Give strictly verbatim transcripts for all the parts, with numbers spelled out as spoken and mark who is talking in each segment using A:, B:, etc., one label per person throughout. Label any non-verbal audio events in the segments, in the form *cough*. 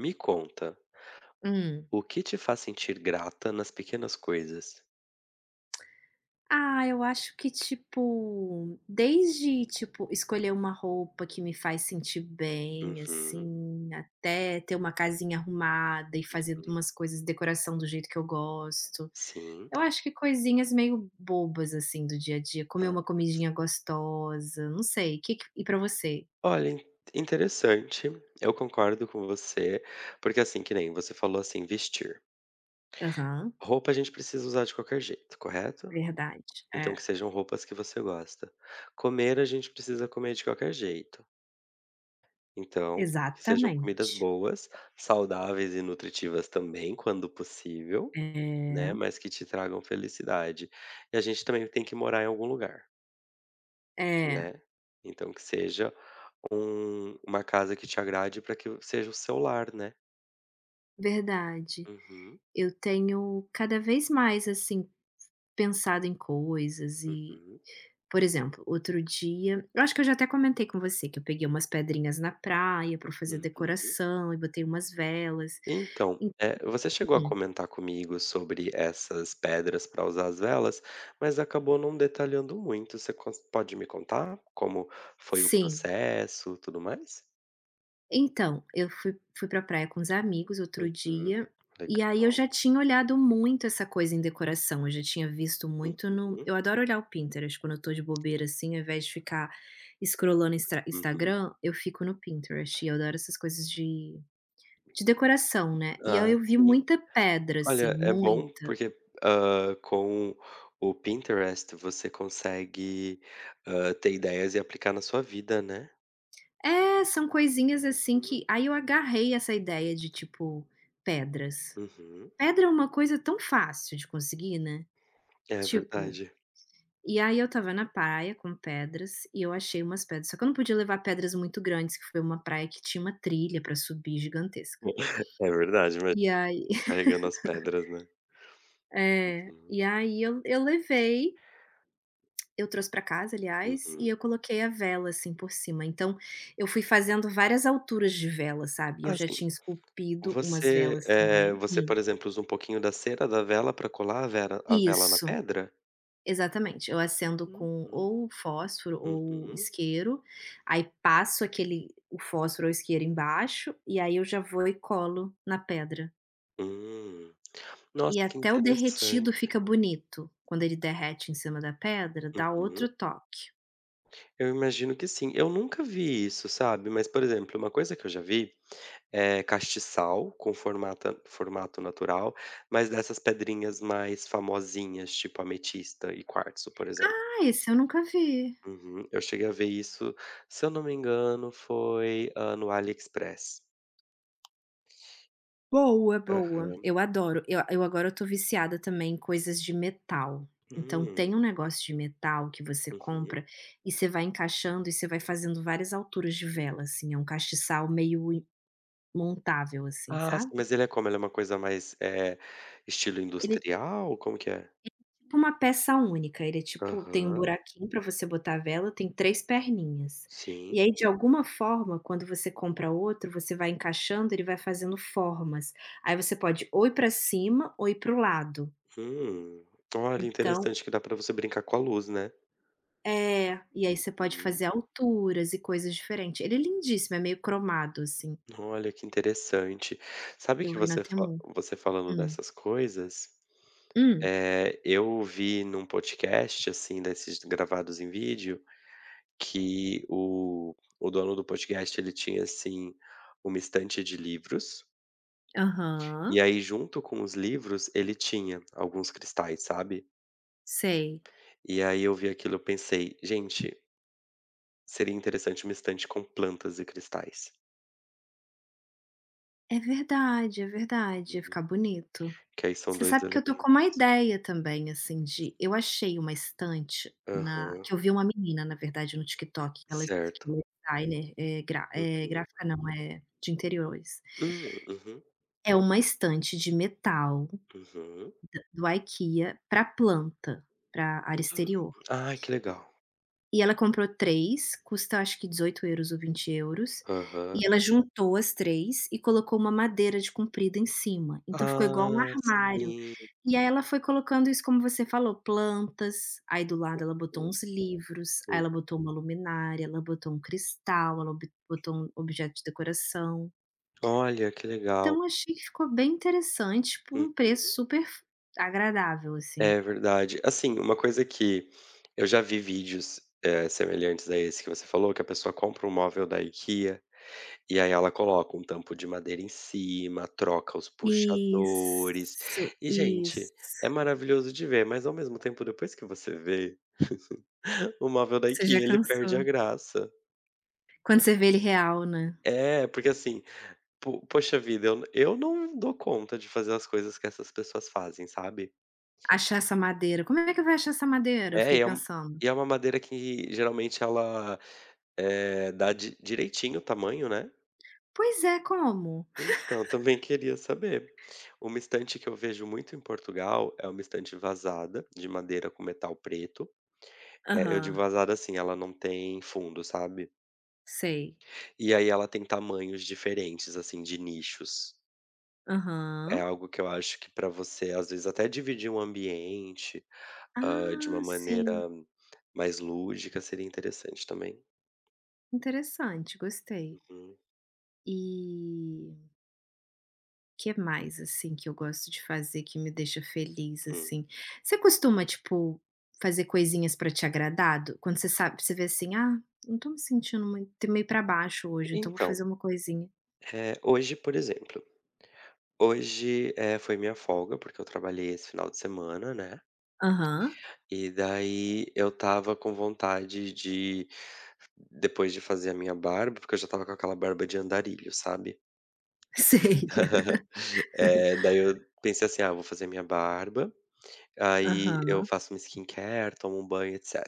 A: Me conta,
B: Hum.
A: o que te faz sentir grata nas pequenas coisas?
B: Ah, eu acho que, tipo, desde, tipo, escolher uma roupa que me faz sentir bem,
A: Uhum,
B: assim, até ter uma casinha arrumada e fazer
A: hum.
B: umas coisas, decoração do jeito que eu gosto.
A: Sim.
B: Eu acho que coisinhas meio bobas, assim, do dia a dia, comer
A: Hã.
B: uma comidinha gostosa, não sei, que que e pra você?
A: Olha, in interessante, eu concordo com você, porque, assim, que nem você falou assim, vestir.
B: Aham,
A: Roupa a gente precisa usar de qualquer jeito, correto?
B: verdade,
A: Então
B: é,
A: que sejam roupas que você gosta. Comer a gente precisa comer de qualquer jeito, então que sejam comidas
B: exatamente.
A: boas, saudáveis e nutritivas também, quando possível.
B: É,
A: Né, mas que te tragam felicidade. E a gente também tem que morar em algum lugar,
B: é,
A: né. Então que seja um uma casa que te agrade para que seja o seu lar, né.
B: verdade.
A: Uhum,
B: Eu tenho cada vez mais, assim, pensado em coisas e,
A: uhum,
B: por exemplo, outro dia eu acho que eu já até comentei com você que eu peguei umas pedrinhas na praia para fazer
A: uhum.
B: decoração e botei umas velas.
A: Então,
B: En
A: eh, você chegou a
B: Hum,
A: comentar comigo sobre essas pedras para usar as velas, mas acabou não detalhando muito. Você cons pode me contar como foi o
B: sim.
A: processo, tudo mais?
B: Então, eu fui fui pra praia com os amigos outro
A: Uhum.
B: dia, e aí eu
A: Legal.
B: já tinha olhado muito essa coisa em decoração, eu já tinha visto muito no
A: Uhum,
B: eu adoro olhar o Pinterest quando eu tô de bobeira, assim, ao invés de ficar scrollando instra
A: uhum.
B: Instagram, eu fico no Pinterest e eu adoro essas coisas de De decoração, né. E aí
A: Ah,
B: eu vi
A: sim.
B: muita pedra, assim,
A: Olha, é bom
B: muita.
A: porque, hã, com o Pinterest você consegue, hã, ter ideias e aplicar na sua vida, né.
B: É, são coisinhas assim
A: Uhum,
B: que aí eu agarrei essa ideia de, tipo, pedras.
A: uhum.
B: Pedra é uma coisa tão fácil de conseguir, né.
A: É
B: Tipo,
A: verdade.
B: e aí eu estava na praia com pedras e eu achei umas pedras, só que eu não podia levar pedras muito grandes, que foi uma praia que tinha uma trilha pra subir gigantesca.
A: É verdade, mas
B: E aí
A: carregando as pedras, né.
B: *laughs* é,
A: Uhum,
B: e aí eu eu levei Eu trouxe pra casa, aliás, e
A: uhum.
B: eu coloquei a vela, assim, por cima. Então, eu fui fazendo várias alturas de vela, sabe. Eu já
A: Assim,
B: tinha esculpido umas
A: você,
B: velas
A: eh,
B: também.
A: você,
B: Hum.
A: por exemplo, usa um pouquinho da cera da vela para colar a vera a vela na
B: Isso,
A: pedra?
B: exatamente. Eu acendo
A: Uhum,
B: com ou fósforo ou
A: uhum.
B: isqueiro, aí passo aquele o fósforo ou isqueiro embaixo, e aí eu já vou e colo na pedra.
A: Hum.
B: E
A: Nossa, que
B: até o
A: interessante.
B: derretido fica bonito. Quando ele derrete em cima da pedra, dá
A: Uhum.
B: outro toque.
A: Eu imagino que sim. Eu nunca vi isso, sabe, mas, por exemplo, uma coisa que eu já vi é castiçal com formata formato natural, mas dessas pedrinhas mais famosinhas, tipo ametista e quartzo, por exemplo.
B: Ah, esse eu nunca vi.
A: Uhum. Eu cheguei a ver isso, se eu não me engano, foi, hã, no AliExpress.
B: Boa,
A: Hã.
B: boa. Eu adoro. Eu eu agora eu tô viciada também em coisas de metal. Então
A: Hum,
B: tem um negócio de metal que você
A: uhum.
B: compra e você vai encaixando e você vai fazendo várias alturas de vela, assim, é um castiçal meio i montável, assim,
A: Ah, sim,
B: sabe.
A: mas ele é como? Ele é uma coisa mais, eh, estilo
B: Ele é
A: industrial? Como que é?
B: tipo uma peça única, ele é tipo tem um
A: Aham.
B: buraquinho pra você botar a vela, tem três perninhas.
A: Sim.
B: E aí, de alguma forma, quando você compra outro, você vai encaixando, ele vai fazendo formas. Aí você pode ou ir pra cima ou ir para o lado.
A: Hum. Olha,
B: Então.
A: interessante que dá pra você brincar com a luz, né?
B: É, e aí você pode
A: Uhum.
B: fazer alturas e coisas diferentes. Ele é lindíssimo, é meio cromado, assim.
A: Olha, que interessante. Sabe
B: Eu
A: que
B: vi na
A: você fa
B: Temu.
A: você falando
B: Hum.
A: dessas coisas,
B: Hum.
A: eh, eu vi num podcast, assim, desses gravados em vídeo, que o o dono do podcast, ele tinha, assim, uma estante de livros,
B: Aham,
A: e aí junto com os livros ele tinha alguns cristais, sabe.
B: sei.
A: E aí eu vi aquilo eu pensei: "Gente, seria interessante uma estante com plantas e cristais".
B: É verdade, é verdade, ia
A: Uhum.
B: ficar bonito.
A: Que aí são
B: Você
A: dois
B: sabe que eu tô com uma
A: elementos.
B: ideia também, assim, de eu achei uma estante na
A: Aham.
B: que eu vi uma menina, na verdade, no TikTok, que ela que
A: Certo.
B: ela é designer, é gra é
A: Uhum.
B: gráfica não, é de interiores.
A: Hum, uhum,
B: É uma estante de metal
A: uhum.
B: do IKEA pra planta, pra área
A: Hum.
B: exterior.
A: Ai, que legal.
B: E ela comprou três, custa acho que dezoito euros ou vinte euros,
A: Aham.
B: e ela, uhum, juntou as três e colocou uma madeira de comprida em cima, então ficou igual um
A: Ah,
B: armário.
A: sim.
B: E aí ela foi colocando isso como você falou, plantas, aí do lado ela botou uns livros, aí
A: Hum.
B: ela botou uma luminária, ela botou um cristal, ela ob botou um objeto de decoração.
A: Olha, que legal.
B: Então achei que ficou bem interessante por um preço
A: Uhum.
B: super f agradável, assim.
A: É verdade. Assim, uma coisa que eu já vi vídeos, eh, semelhantes a esse que você falou, que a pessoa compra um móvel da IKEA, e aí ela coloca um tampo de madeira em cima, troca os puxadores.
B: Isso,
A: E, gente,
B: isso.
A: é maravilhoso de ver, mas ao mesmo tempo, depois que você vê *laughs* o móvel da
B: Você já
A: IKEA, ele perde a
B: cansou.
A: graça.
B: Quando você vê ele real, né.
A: É, porque assim, po poxa vida, eu eu não dou conta de fazer as coisas que essas pessoas fazem, sabe.
B: Achar essa madeira, como é que vai achar essa madeira? Eu
A: É,
B: fiquei
A: e é um
B: pensando.
A: e é uma madeira que geralmente ela, eh, dá di direitinho o tamanho, né.
B: Pois é, como?
A: Então, também queria saber. Uma estante que eu vejo muito em Portugal é uma estante vazada, de madeira com metal preto. É, eu digo
B: Aham,
A: vazada assim, ela não tem fundo, sabe.
B: sei.
A: E aí ela tem tamanhos diferentes, assim, de nichos. É
B: Aham.
A: algo que eu acho que para você, às vezes, até dividir um ambiente, hã, de
B: Ah,
A: uma maneira
B: sim,
A: mais lúdica seria interessante também.
B: interessante, gostei.
A: Uhum,
B: E que mais, assim, que eu gosto de fazer que me deixa feliz,
A: hum.
B: assim? Você costuma, tipo, fazer coisinhas pra te agradar do quando você sabe você vê assim: "Ah, não tô me sentindo muito, tô meio pra baixo hoje, então vou fazer
A: Então,
B: uma coisinha".
A: eh, hoje, por exemplo, hoje, eh, foi minha folga, porque eu trabalhei esse final de semana, né,
B: Aham,
A: e daí eu tava com vontade de depois de fazer a minha barba, porque eu já tava com aquela barba de andarilho, sabe.
B: *laughs* sei.
A: Eh, daí eu pensei assim: "Ah, vou fazer minha barba, aí eu
B: Aham,
A: faço uma skincare, tomo um banho, etc".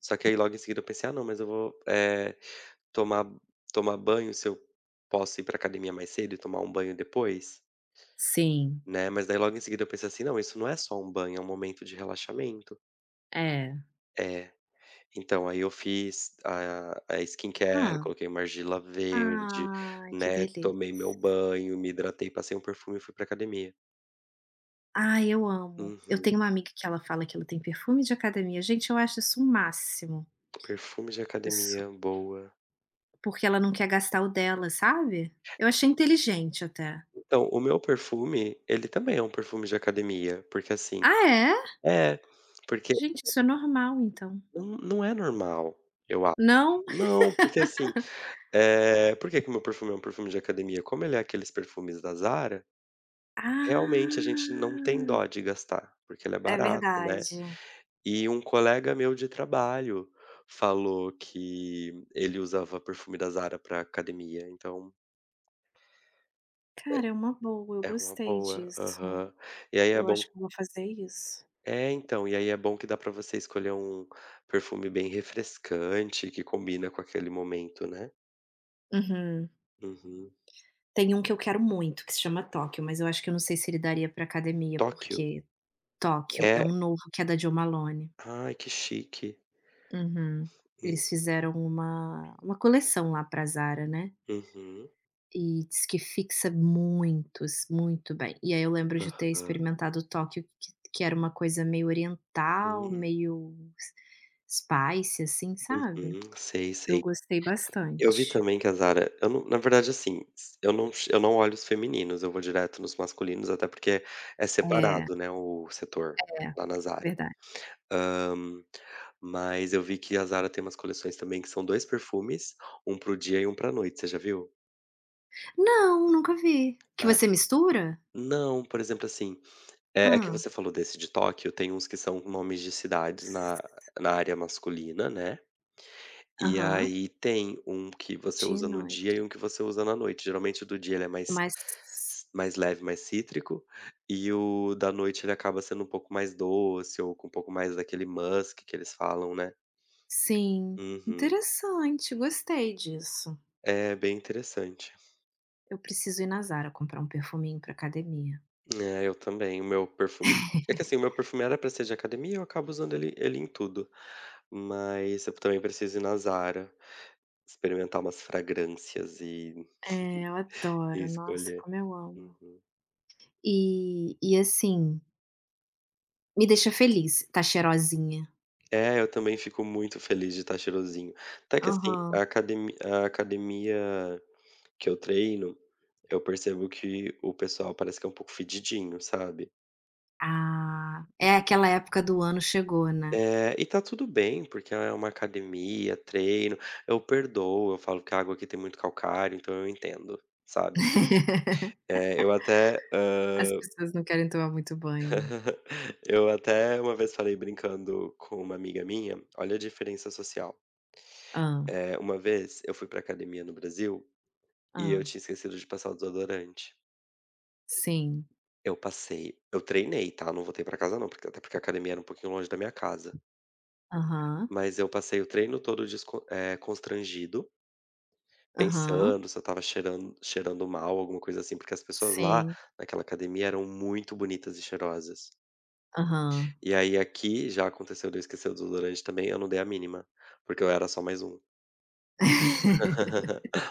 A: Só que aí logo em seguida eu pensei: "Ah não, mas eu vou, eh, tomar tomar banho se eu posso ir pra academia mais cedo e tomar um banho depois",
B: sim.
A: né, mas daí logo em seguida eu pensei assim: "Não, isso não é só um banho, é um momento de relaxamento".
B: É.
A: É, então aí eu fiz a a skincare,
B: Hã.
A: coloquei uma argila verde,
B: Ai, que
A: né,
B: delícia.
A: tomei meu banho, me hidratei, passei um perfume e fui pra academia.
B: Ai, eu amo. Eu tenho
A: Uhum.
B: uma amiga que ela fala que ela tem perfume de academia. Gente, eu acho isso o máximo.
A: Perfume de
B: A pessoa
A: academia, boa.
B: Porque ela não quer gastar o dela, sabe. Eu achei inteligente até.
A: Então, o meu perfume, ele também é um perfume de academia, porque assim
B: Ah, é?
A: é, porque
B: Gente, isso é normal então.
A: não não é normal, eu acho.
B: Não?
A: Não, porque assim, eh, por que que o meu perfume é um perfume de academia? Como ele é aqueles perfumes da Zara, realmente a gente não tem
B: Ah,
A: dó de gastar, porque ele é
B: é
A: barato, né.
B: verdade.
A: E um colega meu de trabalho falou que ele usava perfume da Zara pra academia, então
B: Cara, é uma boa, eu
A: é uma
B: gostei
A: boa.
B: disso.
A: Aham. E aí é
B: Eu
A: bom
B: acho que eu vou fazer isso.
A: é, então, e aí é bom que dá pra você escolher um perfume bem refrescante, que combina com aquele momento, né.
B: Uhum.
A: Uhum.
B: Tem um que eu quero muito, que se chama Tóquio, mas eu acho que eu não sei se ele daria pra academia,
A: Tóquio.
B: porque Tóquio é
A: É.
B: um novo que é da Jo Malone.
A: Ai, que chique.
B: Uhum.
A: Hum,
B: Eles fizeram uma uma coleção lá pra Zara, né,
A: uhum.
B: e diz que fixa muitos, muito bem. E aí eu lembro de ter
A: Ah,
B: experimentado o Tóquio, que que era uma coisa meio oriental,
A: hum,
B: meio s spicy, assim, sabe.
A: uhum. Sei,
B: Eu
A: sei.
B: gostei
A: Eu vi
B: bastante.
A: também que a Zara eu não na verdade, assim, s eu não che eu não olho os femininos, eu vou direto nos masculinos, até porque é
B: É,
A: separado, né, o setor
B: é,
A: lá na Zara.
B: verdade.
A: Hã, mas eu vi que a Zara tem umas coleções também que são dois perfumes, um para o dia e um para noite, você já viu?
B: Não, nunca vi. Que
A: Ah,
B: você mistura?
A: não, por exemplo, assim, eh, é que
B: Ah.
A: você falou desse de Tóquio, tem uns que são nomes de cidades na na área masculina, né. E
B: Aham.
A: aí tem um que você
B: Dia e
A: usa no dia
B: noite.
A: e um que você usa na noite. Geralmente o do dia ele é mais
B: Mas
A: mais leve, mais cítrico, e o da noite ele acaba sendo um pouco mais doce ou com um pouco mais daquele musk que eles falam, né.
B: sim,
A: Uhum.
B: interessante, gostei disso.
A: É bem interessante.
B: Eu preciso ir na Zara comprar um perfuminho pra academia.
A: É, eu também. O meu perfume é que assim, o meu perfume era pra ser de academia e eu acabo usando ele ele em tudo, mas eu também preciso ir na Zara, experimentar umas fragrâncias e
B: É, eu
A: e
B: adoro, nossa,
A: escolher.
B: como eu amo.
A: Uhum.
B: E e assim, me deixa feliz, tá cheirosinha.
A: É, eu também fico muito feliz de estar cheirosinho. Até que assim,
B: Aham.
A: a academia, a academia que eu treino, eu percebo que o pessoal parece que é um pouco fedidinho, sabe.
B: Ah, é aquela época do ano chegou, né.
A: É, e tá tudo bem, porque é uma academia, treino, eu perdoo, eu falo que a água aqui tem muito calcário, então eu entendo, sabe.
B: *laughs*
A: Eh, eu até,
B: As
A: hã,
B: pessoas não querem tomar muito banho, né.
A: eu até uma vez falei brincando com uma amiga minha, olha a diferença social.
B: Ah,
A: Eh, uma vez eu fui pra academia no Brasil,
B: hã.
A: e eu tinha esquecido de passar o desodorante.
B: Sim.
A: Eu passei eu treinei, tá, não voltei pra casa não, porque até porque a academia era um pouquinho longe da minha casa.
B: Aham,
A: Mas eu passei o treino todo descon eh, constrangido,
B: aham.
A: pensando se eu estava cheirando cheirando mal, alguma coisa assim, porque as pessoas lá
B: Sim,
A: naquela academia eram muito bonitas e cheirosas.
B: aham.
A: E aí aqui já aconteceu de eu esquecer o desodorante também, eu não dei a mínima, porque eu era só mais um.
B: *laughs*
A: *laughs*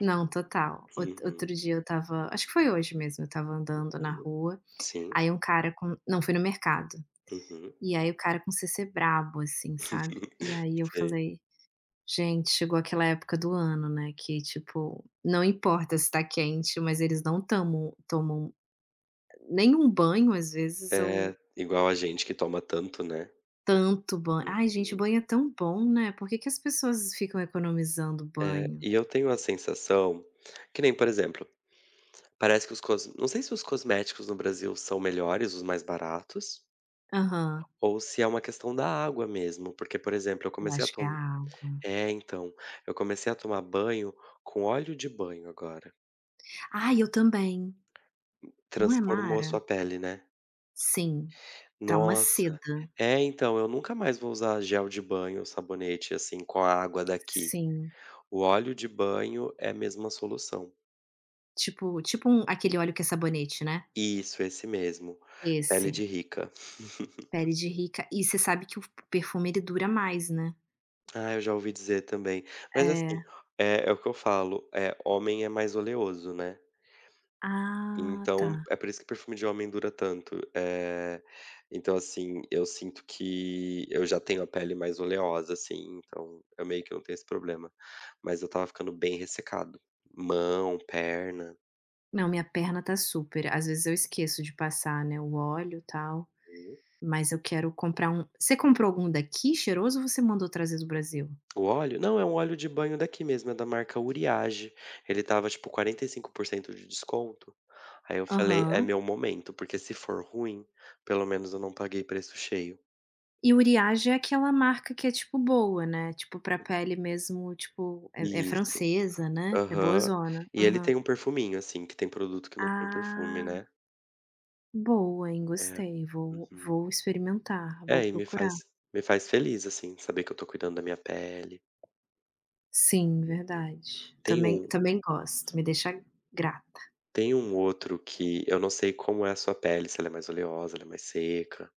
B: Não, total. Out outro
A: Uhum,
B: dia eu estava, acho que foi hoje mesmo, eu estava andando na
A: uhum.
B: rua,
A: Sim,
B: aí um cara com não, foi no mercado.
A: uhum.
B: E aí o cara com C C brabo, assim, sabe. E aí
A: *laughs*
B: eu
A: Sei.
B: falei: "Gente, chegou aquela época do ano, né, que tipo, não importa se tá quente, mas eles não tomam, tomam nenhum banho às vezes ou
A: É, igual a gente que toma tanto, né.
B: tanto banho". Ai gente,
A: Uhum.
B: banho é tão bom, né, por que que as pessoas ficam economizando
A: É,
B: banho?
A: e eu tenho a sensação que nem, por exemplo, parece que os cos não sei se os cosméticos no Brasil são melhores, os mais baratos,
B: Aham.
A: ou se é uma questão da água mesmo, porque, por exemplo, eu
B: Eu
A: comecei a
B: acho que é a
A: tomar
B: água.
A: é, então, eu comecei a tomar banho com óleo de banho agora.
B: Ai, eu também. Não é
A: Transformou a sua
B: Mara?
A: pele, né.
B: Sim, tá uma
A: Nossa.
B: seda.
A: É, então, eu nunca mais vou usar gel de banho, sabonete, assim, com a água daqui.
B: Sim,
A: O óleo de banho é mesmo a solução.
B: tipo tipo um aquele óleo que é sabonete, né?
A: Isso, esse mesmo. Pele
B: Esse,
A: de rica. *laughs*
B: pele de rica. E você sabe que o perfume ele dura mais, né?
A: Ah, eu já ouvi dizer também. Mas assim,
B: É.
A: é é o que eu falo, eh, homem é mais oleoso, né.
B: Ah, tá.
A: Então é por isso que perfume de homem dura tanto. Eh, então assim, eu sinto que eu já tenho a pele mais oleosa, assim, então eu meio que não tenho esse problema. Mas eu estava ficando bem ressecado. Mão, perna.
B: Não, minha perna tá super. Às vezes eu esqueço de passar, né, o óleo, e tal, mas eu quero comprar um você comprou algum daqui cheiroso ou você mandou trazer do Brasil?
A: O óleo? Não, é um óleo de banho daqui mesmo, é da marca Uriage. Ele tava tipo quarenta e cinco por cento de desconto. Aí eu falei: "É
B: Aham.
A: meu momento, porque se for ruim, pelo menos eu não paguei preço cheio".
B: E Uriage é aquela marca que é, tipo, boa, né, tipo, pra pele mesmo, tipo, é é
A: Isso.
B: francesa, né, é
A: Aham.
B: boazona.
A: E ele
B: Aham.
A: tem um perfuminho, assim, que tem produto que não tem perfume,
B: Ah,
A: né.
B: boa, hein,
A: É.
B: gostei, vou
A: Uhum.
B: vou experimentar,
A: É,
B: vou
A: e me faz
B: procurar.
A: me faz feliz, assim, saber que eu tô cuidando da minha pele.
B: Sim, verdade.
A: Tem
B: Também
A: um
B: também gosto, me deixa grata.
A: tem um outro que eu não sei como é a sua pele, se ela é mais oleosa, ela é mais seca.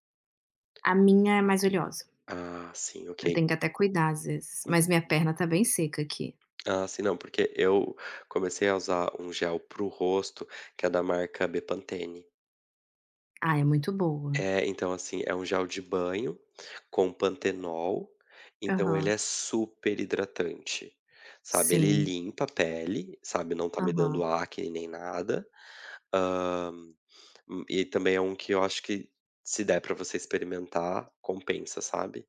B: A minha é mais oleosa,
A: Ah, sim,
B: eu
A: ok.
B: tenho que até cuidar às vezes, mas minha perna tá bem seca aqui.
A: Ah, sim, não, porque eu comecei a usar um gel pro rosto, que é da marca Bepantene.
B: Ah, é muito boa.
A: É, então, assim, é um gel de banho com pantenol, então ele
B: Aham,
A: é super hidratante, sabe? Ele
B: sim,
A: limpa a pele, sabe? Não tá me
B: aham.
A: dando acne nem nada. Ahn, hum, e também é um que eu acho que, se der pra você experimentar, compensa, sabe?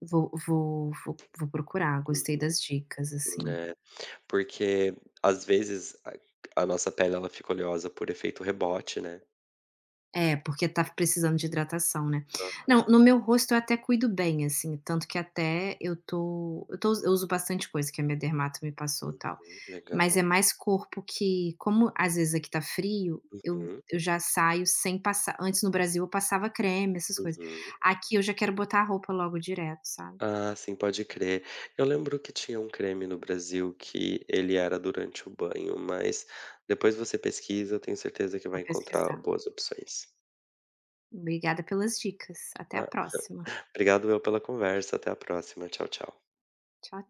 B: Vou vou vou vou procurar, gostei das dicas,
A: Uhum,
B: assim.
A: é. Porque, às vezes, a a nossa pele ela fica oleosa por efeito rebote, né.
B: É, porque tá precisando de hidratação, né. Não,
A: Aham.
B: no meu rosto eu até cuido bem, assim, tanto que até eu tô eu tô eu uso bastante coisa que a minha dermato me passou, e tal.
A: Uhum.
B: Mas
A: Legal.
B: é mais corpo que, como às vezes aqui tá frio, eu
A: Uhum,
B: eu já saio sem passar, antes no Brasil eu passava creme, essas coisas.
A: uhum.
B: Aqui eu já quero botar a roupa logo direto, sabe.
A: Ah, sim, pode crer. Eu lembro que tinha um creme no Brasil que ele era durante o banho, mas depois você pesquisa, eu tenho certeza que vai
B: Vou
A: encontrar
B: pesquisar.
A: boas opções.
B: Obrigada pelas dicas. Até a
A: Ah,
B: próxima.
A: obrigado eu pela conversa, até a próxima. Tchau, tchau.
B: Tchau